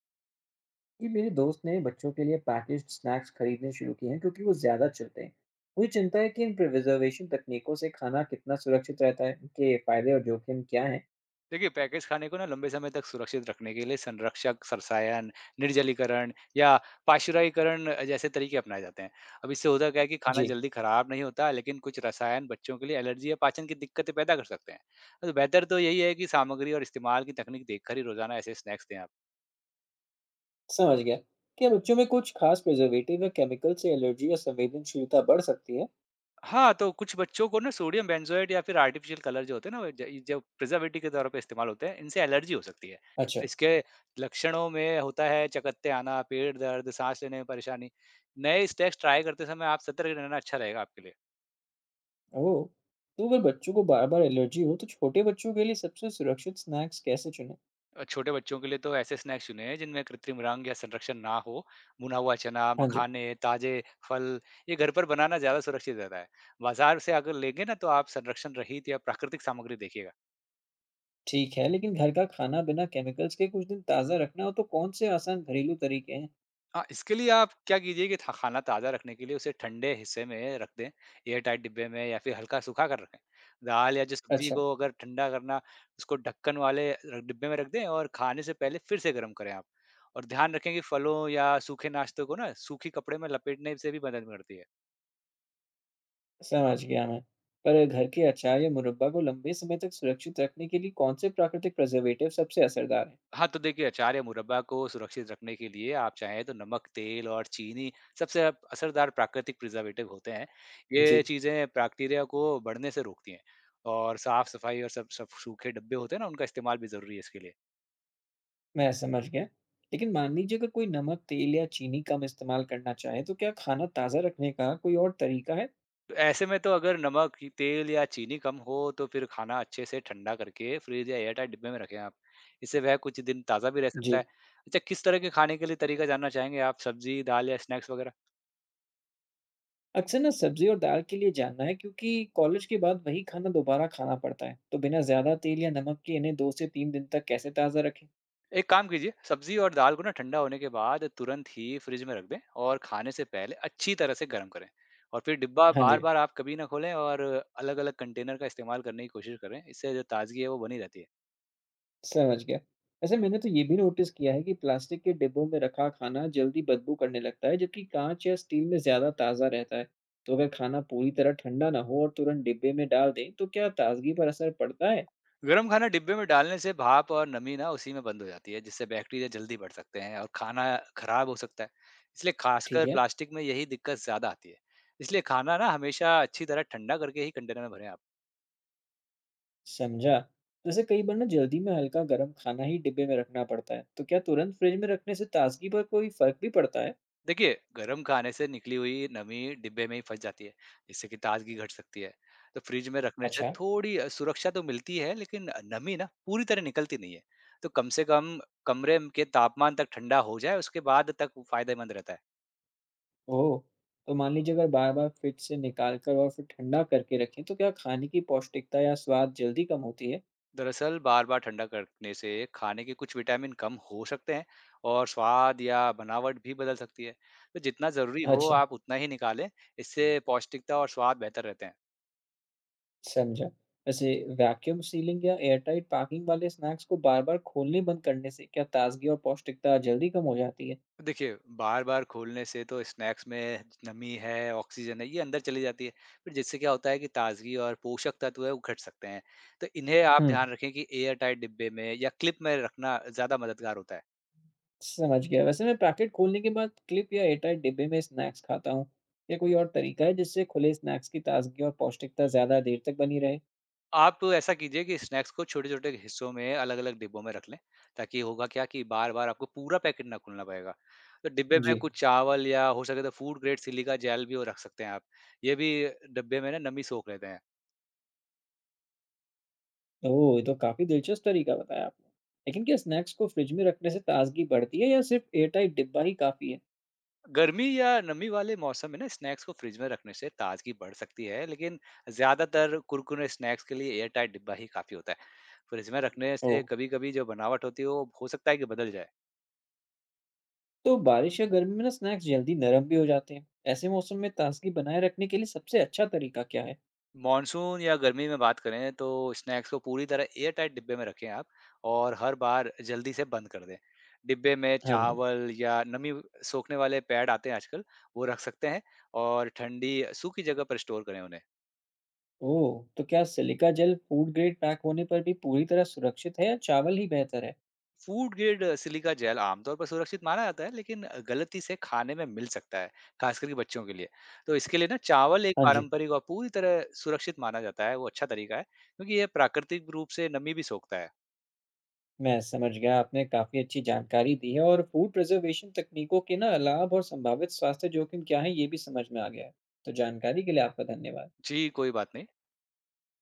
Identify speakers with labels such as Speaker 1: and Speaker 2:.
Speaker 1: जी, मेरे दोस्त ने बच्चों के लिए पैकेज्ड स्नैक्स खरीदने शुरू किए हैं क्योंकि वो ज़्यादा चलते हैं। मुझे चिंता है कि इन प्रिजर्वेशन तकनीकों से खाना कितना सुरक्षित रहता है, इनके फायदे और जोखिम क्या हैं?
Speaker 2: देखिए, पैकेज खाने को ना लंबे समय तक सुरक्षित रखने के लिए संरक्षक, सरसायन, निर्जलीकरण या पाश्चुराइकरण जैसे तरीके अपनाए जाते हैं। अब इससे होता क्या है कि खाना
Speaker 1: जी,
Speaker 2: जल्दी खराब नहीं होता, लेकिन कुछ रसायन बच्चों के लिए एलर्जी या पाचन की दिक्कतें पैदा कर सकते हैं। तो बेहतर तो यही है कि सामग्री और इस्तेमाल की तकनीक देखकर ही रोज़ाना ऐसे स्नैक्स दें आप।
Speaker 1: समझ गया। क्या बच्चों में कुछ खास प्रिजर्वेटिव या केमिकल से एलर्जी या संवेदनशीलता बढ़ सकती है?
Speaker 2: हाँ, तो कुछ बच्चों को ना सोडियम बेंज़ोएट या फिर आर्टिफ़िशियल कलर जो होते हैं ना, वो ज जो प्रिज़र्वेटिव के तौर पे इस्तेमाल होते हैं, इनसे एलर्जी हो सकती है।
Speaker 1: अच्छा।
Speaker 2: इसके लक्षणों में होता है चकत्ते आना, पेट दर्द, सांस लेने में परेशानी। नए स्नैक्स ट्राई करते समय आप सतर्क रहना अच्छा रहेगा आपके लिए।
Speaker 1: ओह! तो अगर बच्चों को बार-बार एलर्जी हो, तो छोटे बच्चों के लिए सबसे सुरक्षित स्नैक्स कैसे चुनें?
Speaker 2: और छोटे बच्चों के लिए तो ऐसे स्नैक्स चुनें जिनमें कृत्रिम रंग या संरक्षण ना हो। भुना हुआ चना,
Speaker 1: हाँ जी।
Speaker 2: मखाने, ताज़े फल, ये घर पर बनाना ज़्यादा सुरक्षित रहता है। बाज़ार से अगर लेंगे ना, तो आप संरक्षण रहित या प्राकृतिक सामग्री देखिएगा।
Speaker 1: ठीक है, लेकिन घर का खाना बिना केमिकल्स के कुछ दिन ताज़ा रखना हो, तो कौन से आसान घरेलू तरीके हैं?
Speaker 2: हाँ, इसके लिए आप क्या कीजिए कि था खाना ताज़ा रखने के लिए उसे ठंडे हिस्से में रख दें, एयर टाइट डिब्बे में या फिर हल्का सूखा कर रखें। दाल या जो सब्ज़ी
Speaker 1: अच्छा।
Speaker 2: को अगर ठंडा करना, उसको ढक्कन वाले र डिब्बे में रख दें और खाने से पहले फिर से गर्म करें आप। और ध्यान रखें कि फलों या सूखे नाश्तों को ना सूखी कपड़े में लपेटने से भी मदद मिलती है।
Speaker 1: समझ गया मैं। पर घर के अचार या मुरब्बा को लंबे समय तक सुरक्षित रखने के लिए कौन से प्राकृतिक प्रिजर्वेटिव सबसे असरदार हैं?
Speaker 2: हाँ, तो देखिए अचार या मुरब्बा को सुरक्षित रखने के लिए आप चाहें तो नमक, तेल और चीनी सबसे असरदार प्राकृतिक प्रिजर्वेटिव होते हैं।
Speaker 1: जी,
Speaker 2: ये चीज़ें बैक्टीरिया को बढ़ने से रोकती हैं और साफ सफाई और सब सब सूखे डब्बे होते हैं ना, उनका इस्तेमाल भी ज़रूरी है इसके लिए।
Speaker 1: मैं समझ गया। लेकिन मान लीजिए अगर कोई नमक, तेल या चीनी कम इस्तेमाल करना चाहे तो क्या खाना ताज़ा रखने का कोई और तरीका है?
Speaker 2: तो ऐसे में तो अगर नमक, तेल या चीनी कम हो तो फिर खाना अच्छे से ठंडा करके फ्रिज या एयरटाइट डिब्बे में रखें आप। इससे वह कुछ दिन ताज़ा भी रह सकता है।
Speaker 1: जी।
Speaker 2: अच्छा, किस तरह के खाने के लिए तरीका जानना चाहेंगे आप? सब्जी, दाल या स्नैक्स वगैरह?
Speaker 1: अक्सर ना सब्ज़ी और दाल के लिए जानना है क्योंकि कॉलेज के बाद वही खाना दोबारा खाना पड़ता है। तो बिना ज़्यादा तेल या नमक के इन्हें 2 से 3 दिन तक कैसे ताज़ा रखें?
Speaker 2: एक काम कीजिए, सब्जी और दाल को ना ठंडा होने के बाद तुरंत ही फ्रिज में रख दें और खाने से पहले अच्छी तरह से गर्म करें। और फिर डिब्बा
Speaker 1: हाँ
Speaker 2: बार
Speaker 1: जी।
Speaker 2: बार आप कभी ना खोलें और अलग अलग कंटेनर का इस्तेमाल करने की कोशिश करें। इससे जो ताजगी है वो बनी रहती है।
Speaker 1: समझ गया। वैसे मैंने तो ये भी नोटिस किया है कि प्लास्टिक के डिब्बों में रखा खाना जल्दी बदबू करने लगता है, जबकि काँच या स्टील में ज़्यादा ताज़ा रहता है। तो अगर खाना पूरी तरह ठंडा ना हो और तुरंत डिब्बे में डाल दें, तो क्या ताज़गी पर असर पड़ता है?
Speaker 2: गर्म खाना डिब्बे में डालने से भाप और नमी ना उसी में बंद हो जाती है, जिससे बैक्टीरिया जल्दी बढ़ सकते हैं और खाना खराब हो सकता है। इसलिए खासकर
Speaker 1: ठीक है।
Speaker 2: प्लास्टिक में यही दिक्कत ज्यादा आती है। इसलिए खाना ना हमेशा अच्छी तरह ठंडा करके ही कंटेनर में भरें आप।
Speaker 1: समझा। वैसे कई बार ना जल्दी में हल्का गर्म खाना ही डिब्बे में रखना पड़ता है, तो क्या तुरंत फ्रिज में रखने से ताज़गी पर कोई फ़र्क भी पड़ता है?
Speaker 2: देखिए, गरम खाने से निकली हुई नमी डिब्बे में ही फँस जाती है, जिससे कि ताज़गी घट सकती है। तो फ्रिज में रखने से
Speaker 1: अच्छा।
Speaker 2: थोड़ी सुरक्षा तो मिलती है, लेकिन नमी ना पूरी तरह निकलती नहीं है। तो कम से कम कमरे म के तापमान तक ठंडा हो जाए, उसके बाद तक वो फ़ायदेमंद रहता है।
Speaker 1: ओह! तो मान लीजिए अगर बार-बार फ्रिज से निकाल कर और फिर ठंडा करके रखें, तो क्या खाने की पौष्टिकता या स्वाद जल्दी कम होती है?
Speaker 2: दरअसल, बार-बार ठंडा करने से खाने के कुछ विटामिन कम हो सकते हैं और स्वाद या बनावट भी बदल सकती है। तो जितना ज़रूरी हो,
Speaker 1: अच्छा।
Speaker 2: आप उतना ही निकालें, इससे पौष्टिकता और स्वाद बेहतर रहते हैं।
Speaker 1: समझा। वैसे वैक्यूम सीलिंग या एयरटाइट पैकिंग वाले स्नैक्स को बार-बार खोलने बंद करने से क्या ताज़गी और पौष्टिकता जल्दी कम हो जाती है?
Speaker 2: देखिए, बार-बार खोलने से तो स्नैक्स में नमी है, ऑक्सीजन है, ये अंदर चली जाती है। फिर जिससे क्या होता है कि ताज़गी और पोषक तत्व है, वो घट सकते हैं। तो इन्हें आप
Speaker 1: हुँ,
Speaker 2: ध्यान रखें कि एयर टाइट डिब्बे में या क्लिप में रखना ज़्यादा मददगार होता है।
Speaker 1: समझ गया। वैसे मैं पैकेट खोलने के बाद क्लिप या एयरटाइट डिब्बे में स्नैक्स खाता हूँ। क्या कोई और तरीका है जिससे खुले स्नैक्स की ताज़गी और पौष्टिकता ज़्यादा देर तक बनी रहे?
Speaker 2: आप तो ऐसा कीजिए कि स्नैक्स को छोटे-छोटे हिस्सों में अलग-अलग डिब्बों में रख लें, ताकि होगा क्या कि बार-बार आपको पूरा पैकेट ना खोलना पड़ेगा। तो डिब्बे में
Speaker 1: जी।
Speaker 2: कुछ चावल या हो सके तो फूड ग्रेड सिलिका जेल भी वो रख सकते हैं आप। ये भी डिब्बे में ना नमी सोख लेते हैं।
Speaker 1: ओह! ये तो काफ़ी दिलचस्प तरीका बताया आपने। लेकिन क्या स्नैक्स को फ्रिज में रखने से ताज़गी बढ़ती है या सिर्फ़ एयरटाइट डिब्बा ही काफ़ी है?
Speaker 2: गर्मी या नमी वाले मौसम में ना स्नैक्स को फ्रिज में रखने से ताजगी बढ़ सकती है, लेकिन ज्यादातर कुरकुरे स्नैक्स के लिए एयर टाइट डिब्बा ही काफी होता है। फ्रिज में रखने
Speaker 1: ओह!
Speaker 2: से कभी कभी जो बनावट होती है वो हो सकता है कि बदल जाए।
Speaker 1: तो बारिश या गर्मी में ना स्नैक्स जल्दी नरम भी हो जाते हैं। ऐसे मौसम में ताजगी बनाए रखने के लिए सबसे अच्छा तरीका क्या है?
Speaker 2: मानसून या गर्मी में बात करें तो स्नैक्स को पूरी तरह एयर टाइट डिब्बे में रखें आप और हर बार जल्दी से बंद कर दें। डिब्बे में
Speaker 1: हाँ जी।
Speaker 2: चावल या नमी सोखने वाले पैड आते हैं आजकल, वो रख सकते हैं। और ठंडी सूखी जगह पर स्टोर करें उन्हें।
Speaker 1: ओह, तो क्या silica gel food grade pack होने पर भी पूरी तरह सुरक्षित है या चावल ही बेहतर है?
Speaker 2: फूड ग्रेड सिलिका जेल आमतौर पर सुरक्षित माना जाता है, लेकिन गलती से खाने में मिल सकता है, खास करके बच्चों के लिए। तो इसके लिए ना चावल एक
Speaker 1: हाँ जी।
Speaker 2: पारंपरिक और पूरी तरह सुरक्षित माना जाता है, वो अच्छा तरीका है क्योंकि यह प्राकृतिक रूप से नमी भी सोखता है।
Speaker 1: मैं समझ गया, आपने काफी अच्छी जानकारी दी है। और फूड प्रिजर्वेशन तकनीकों के ना लाभ और संभावित स्वास्थ्य जोखिम क्या है, ये भी समझ में आ गया है। तो जानकारी के लिए आपका धन्यवाद।
Speaker 2: जी, कोई बात नहीं।